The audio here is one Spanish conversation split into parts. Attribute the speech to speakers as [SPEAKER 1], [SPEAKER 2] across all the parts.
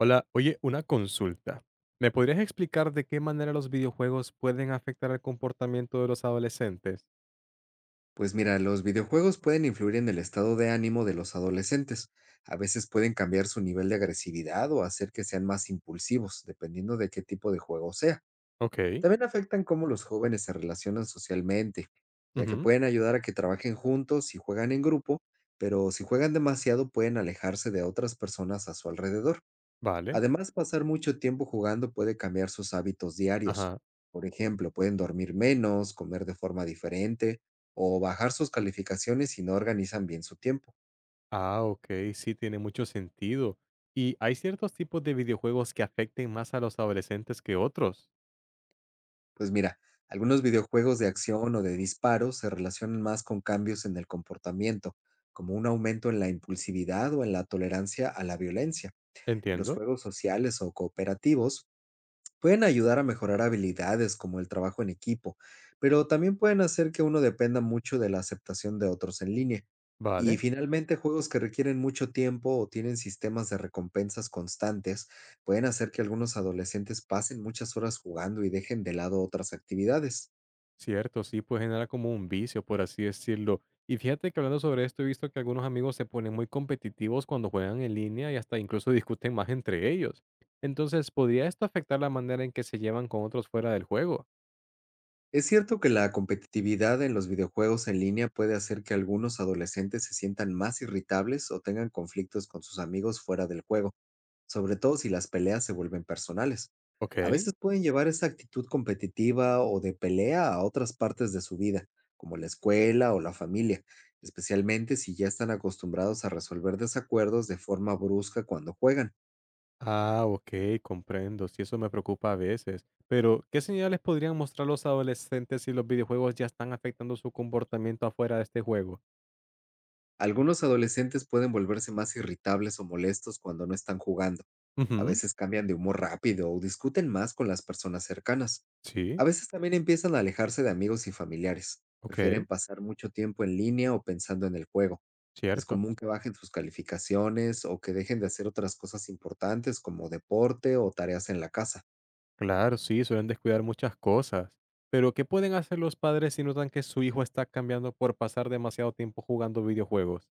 [SPEAKER 1] Hola, oye, una consulta. ¿Me podrías explicar de qué manera los videojuegos pueden afectar el comportamiento de los adolescentes?
[SPEAKER 2] Pues mira, los videojuegos pueden influir en el estado de ánimo de los adolescentes. A veces pueden cambiar su nivel de agresividad o hacer que sean más impulsivos, dependiendo de qué tipo de juego sea.
[SPEAKER 1] Ok.
[SPEAKER 2] También afectan cómo los jóvenes se relacionan socialmente, ya que
[SPEAKER 1] Ujú.
[SPEAKER 2] pueden ayudar a que trabajen juntos y juegan en grupo, pero si juegan demasiado pueden alejarse de otras personas a su alrededor.
[SPEAKER 1] Vale.
[SPEAKER 2] Además, pasar mucho tiempo jugando puede cambiar sus hábitos diarios.
[SPEAKER 1] Ajá.
[SPEAKER 2] Por ejemplo, pueden dormir menos, comer de forma diferente o bajar sus calificaciones si no organizan bien su tiempo.
[SPEAKER 1] Ah, ok, sí, tiene mucho sentido. ¿Y hay ciertos tipos de videojuegos que afecten más a los adolescentes que otros?
[SPEAKER 2] Pues mira, algunos videojuegos de acción o de disparos se relacionan más con cambios en el comportamiento, como un aumento en la impulsividad o en la tolerancia a la violencia. Los
[SPEAKER 1] Entiendo.
[SPEAKER 2] juegos sociales o cooperativos pueden ayudar a mejorar habilidades como el trabajo en equipo, pero también pueden hacer que uno dependa mucho de la aceptación de otros en línea. Y
[SPEAKER 1] Vale.
[SPEAKER 2] finalmente, juegos que requieren mucho tiempo o tienen sistemas de recompensas constantes pueden hacer que algunos adolescentes pasen muchas horas jugando y dejen de lado otras actividades.
[SPEAKER 1] Cierto, sí, pues genera como un vicio, por así decirlo. Y fíjate que hablando sobre esto, he visto que algunos amigos se ponen muy competitivos cuando juegan en línea y hasta incluso discuten más entre ellos. Entonces, ¿podría esto afectar la manera en que se llevan con otros fuera del juego?
[SPEAKER 2] Es cierto que la competitividad en los videojuegos en línea puede hacer que algunos adolescentes se sientan más irritables o tengan conflictos con sus amigos fuera del juego, sobre todo si las peleas se vuelven personales. A
[SPEAKER 1] Ok.
[SPEAKER 2] veces pueden llevar esa actitud competitiva o de pelea a otras partes de su vida, como la escuela o la familia, especialmente si ya están acostumbrados a resolver desacuerdos de forma brusca cuando juegan.
[SPEAKER 1] Ah, ok, comprendo. Sí, eso me preocupa a veces. Pero, ¿qué señales podrían mostrar los adolescentes si los videojuegos ya están afectando su comportamiento afuera de este juego?
[SPEAKER 2] Algunos adolescentes pueden volverse más irritables o molestos cuando no están jugando. A
[SPEAKER 1] Ujú.
[SPEAKER 2] veces cambian de humor rápido o discuten más con las personas cercanas.
[SPEAKER 1] Sí,
[SPEAKER 2] A veces también empiezan a alejarse de amigos y familiares.
[SPEAKER 1] ok,
[SPEAKER 2] Prefieren pasar mucho tiempo en línea o pensando en el juego. Es
[SPEAKER 1] cierto.
[SPEAKER 2] común que bajen sus calificaciones o que dejen de hacer otras cosas importantes como deporte o tareas en la casa.
[SPEAKER 1] Claro, sí, suelen descuidar muchas cosas. Pero, ¿qué pueden hacer los padres si notan que su hijo está cambiando por pasar demasiado tiempo jugando videojuegos?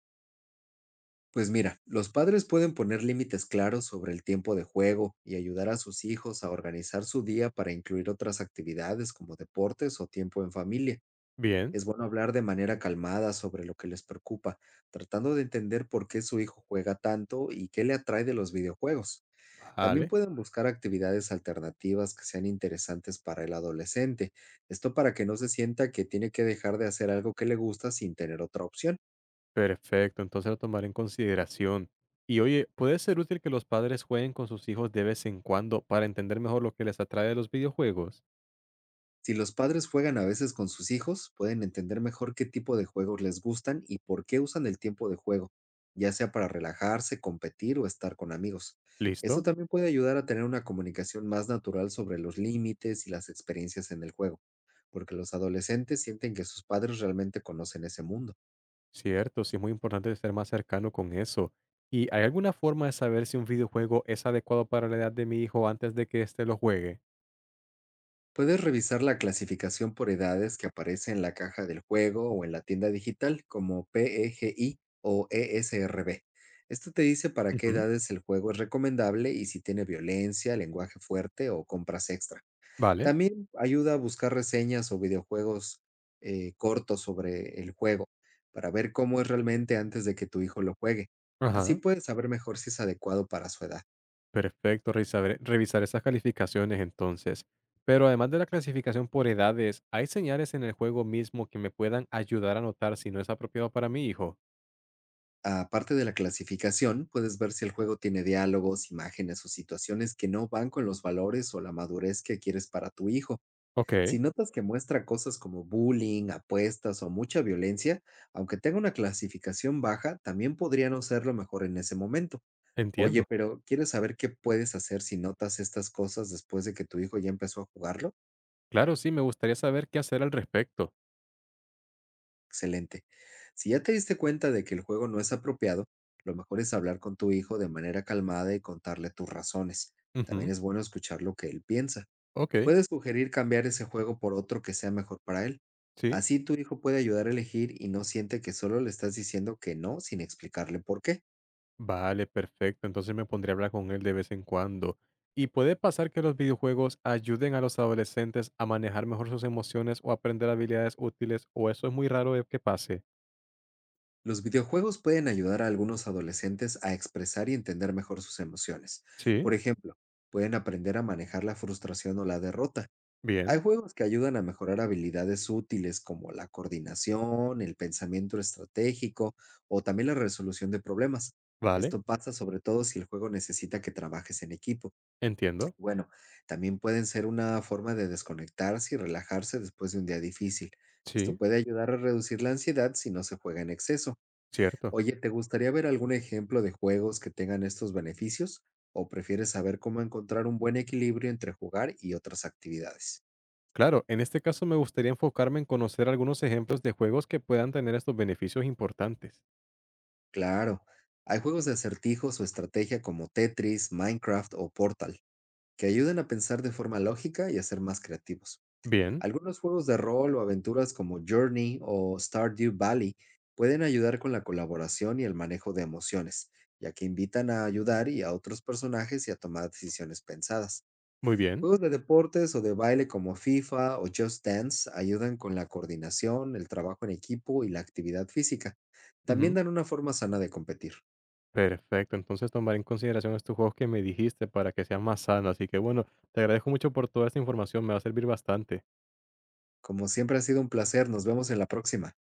[SPEAKER 2] Pues mira, los padres pueden poner límites claros sobre el tiempo de juego y ayudar a sus hijos a organizar su día para incluir otras actividades como deportes o tiempo en familia.
[SPEAKER 1] Bien,
[SPEAKER 2] Es bueno hablar de manera calmada sobre lo que les preocupa, tratando de entender por qué su hijo juega tanto y qué le atrae de los videojuegos. También
[SPEAKER 1] vale,
[SPEAKER 2] pueden buscar actividades alternativas que sean interesantes para el adolescente, esto para que no se sienta que tiene que dejar de hacer algo que le gusta sin tener otra opción.
[SPEAKER 1] perfecto, entonces lo tomaré en consideración. Y oye, puede ser útil que los padres jueguen con sus hijos de vez en cuando para entender mejor lo que les atrae de los videojuegos.
[SPEAKER 2] Si los padres juegan a veces con sus hijos, pueden entender mejor qué tipo de juegos les gustan y por qué usan el tiempo de juego, ya sea para relajarse, competir o estar con amigos.
[SPEAKER 1] ¿Listo?
[SPEAKER 2] Esto también puede ayudar a tener una comunicación más natural sobre los límites y las experiencias en el juego, porque los adolescentes sienten que sus padres realmente conocen ese mundo.
[SPEAKER 1] Cierto, sí es muy importante ser más cercano con eso. ¿Y hay alguna forma de saber si un videojuego es adecuado para la edad de mi hijo antes de que éste lo juegue?
[SPEAKER 2] Puedes revisar la clasificación por edades que aparece en la caja del juego o en la tienda digital, como PEGI o ESRB. Esto te dice para qué
[SPEAKER 1] Ujú.
[SPEAKER 2] edades el juego es recomendable y si tiene violencia, lenguaje fuerte o compras extra.
[SPEAKER 1] Vale.
[SPEAKER 2] También ayuda a buscar reseñas o videojuegos cortos sobre el juego, para ver cómo es realmente antes de que tu hijo lo juegue. Así
[SPEAKER 1] Ajá.
[SPEAKER 2] puedes saber mejor si es adecuado para su edad.
[SPEAKER 1] Perfecto, revisar esas calificaciones entonces. Pero además de la clasificación por edades, ¿hay señales en el juego mismo que me puedan ayudar a notar si no es apropiado para mi hijo?
[SPEAKER 2] Aparte de la clasificación, puedes ver si el juego tiene diálogos, imágenes o situaciones que no van con los valores o la madurez que quieres para tu hijo.
[SPEAKER 1] Ok,
[SPEAKER 2] Si notas que muestra cosas como bullying, apuestas o mucha violencia, aunque tenga una clasificación baja, también podría no ser lo mejor en ese momento. Oye,
[SPEAKER 1] entiendo.
[SPEAKER 2] pero ¿quieres saber qué puedes hacer si notas estas cosas después de que tu hijo ya empezó a jugarlo?
[SPEAKER 1] Claro, sí, me gustaría saber qué hacer al respecto.
[SPEAKER 2] Excelente. Si ya te diste cuenta de que el juego no es apropiado, lo mejor es hablar con tu hijo de manera calmada y contarle tus razones. También
[SPEAKER 1] Ujú.
[SPEAKER 2] es bueno escuchar lo que él piensa.
[SPEAKER 1] Ok,
[SPEAKER 2] Puedes sugerir cambiar ese juego por otro que sea mejor para él.
[SPEAKER 1] sí.
[SPEAKER 2] Así tu hijo puede ayudar a elegir y no siente que solo le estás diciendo que no sin explicarle por qué.
[SPEAKER 1] Vale, perfecto. Entonces me pondré a hablar con él de vez en cuando. ¿Y puede pasar que los videojuegos ayuden a los adolescentes a manejar mejor sus emociones o aprender habilidades útiles o eso es muy raro de que pase?
[SPEAKER 2] Los videojuegos pueden ayudar a algunos adolescentes a expresar y entender mejor sus emociones.
[SPEAKER 1] Sí,
[SPEAKER 2] Por ejemplo, pueden aprender a manejar la frustración o la derrota.
[SPEAKER 1] bien,
[SPEAKER 2] Hay juegos que ayudan a mejorar habilidades útiles como la coordinación, el pensamiento estratégico o también la resolución de problemas.
[SPEAKER 1] vale,
[SPEAKER 2] Esto pasa sobre todo si el juego necesita que trabajes en equipo.
[SPEAKER 1] entiendo.
[SPEAKER 2] Bueno, también pueden ser una forma de desconectarse y relajarse después de un día difícil. Esto
[SPEAKER 1] Sí,
[SPEAKER 2] puede ayudar a reducir la ansiedad si no se juega en exceso.
[SPEAKER 1] cierto.
[SPEAKER 2] Oye, ¿te gustaría ver algún ejemplo de juegos que tengan estos beneficios? ¿O prefieres saber cómo encontrar un buen equilibrio entre jugar y otras actividades?
[SPEAKER 1] Claro, en este caso me gustaría enfocarme en conocer algunos ejemplos de juegos que puedan tener estos beneficios importantes.
[SPEAKER 2] Claro, hay juegos de acertijos o estrategia como Tetris, Minecraft o Portal, que ayudan a pensar de forma lógica y a ser más creativos.
[SPEAKER 1] Bien,
[SPEAKER 2] Algunos juegos de rol o aventuras como Journey o Stardew Valley pueden ayudar con la colaboración y el manejo de emociones, ya que invitan a ayudar y a otros personajes y a tomar decisiones pensadas.
[SPEAKER 1] muy bien.
[SPEAKER 2] Juegos de deportes o de baile como FIFA o Just Dance ayudan con la coordinación, el trabajo en equipo y la actividad física. También
[SPEAKER 1] Ujú.
[SPEAKER 2] dan una forma sana de competir.
[SPEAKER 1] Perfecto, entonces tomaré en consideración estos juegos que me dijiste para que sean más sanos. Así que bueno, te agradezco mucho por toda esta información, me va a servir bastante.
[SPEAKER 2] Como siempre, ha sido un placer, nos vemos en la próxima.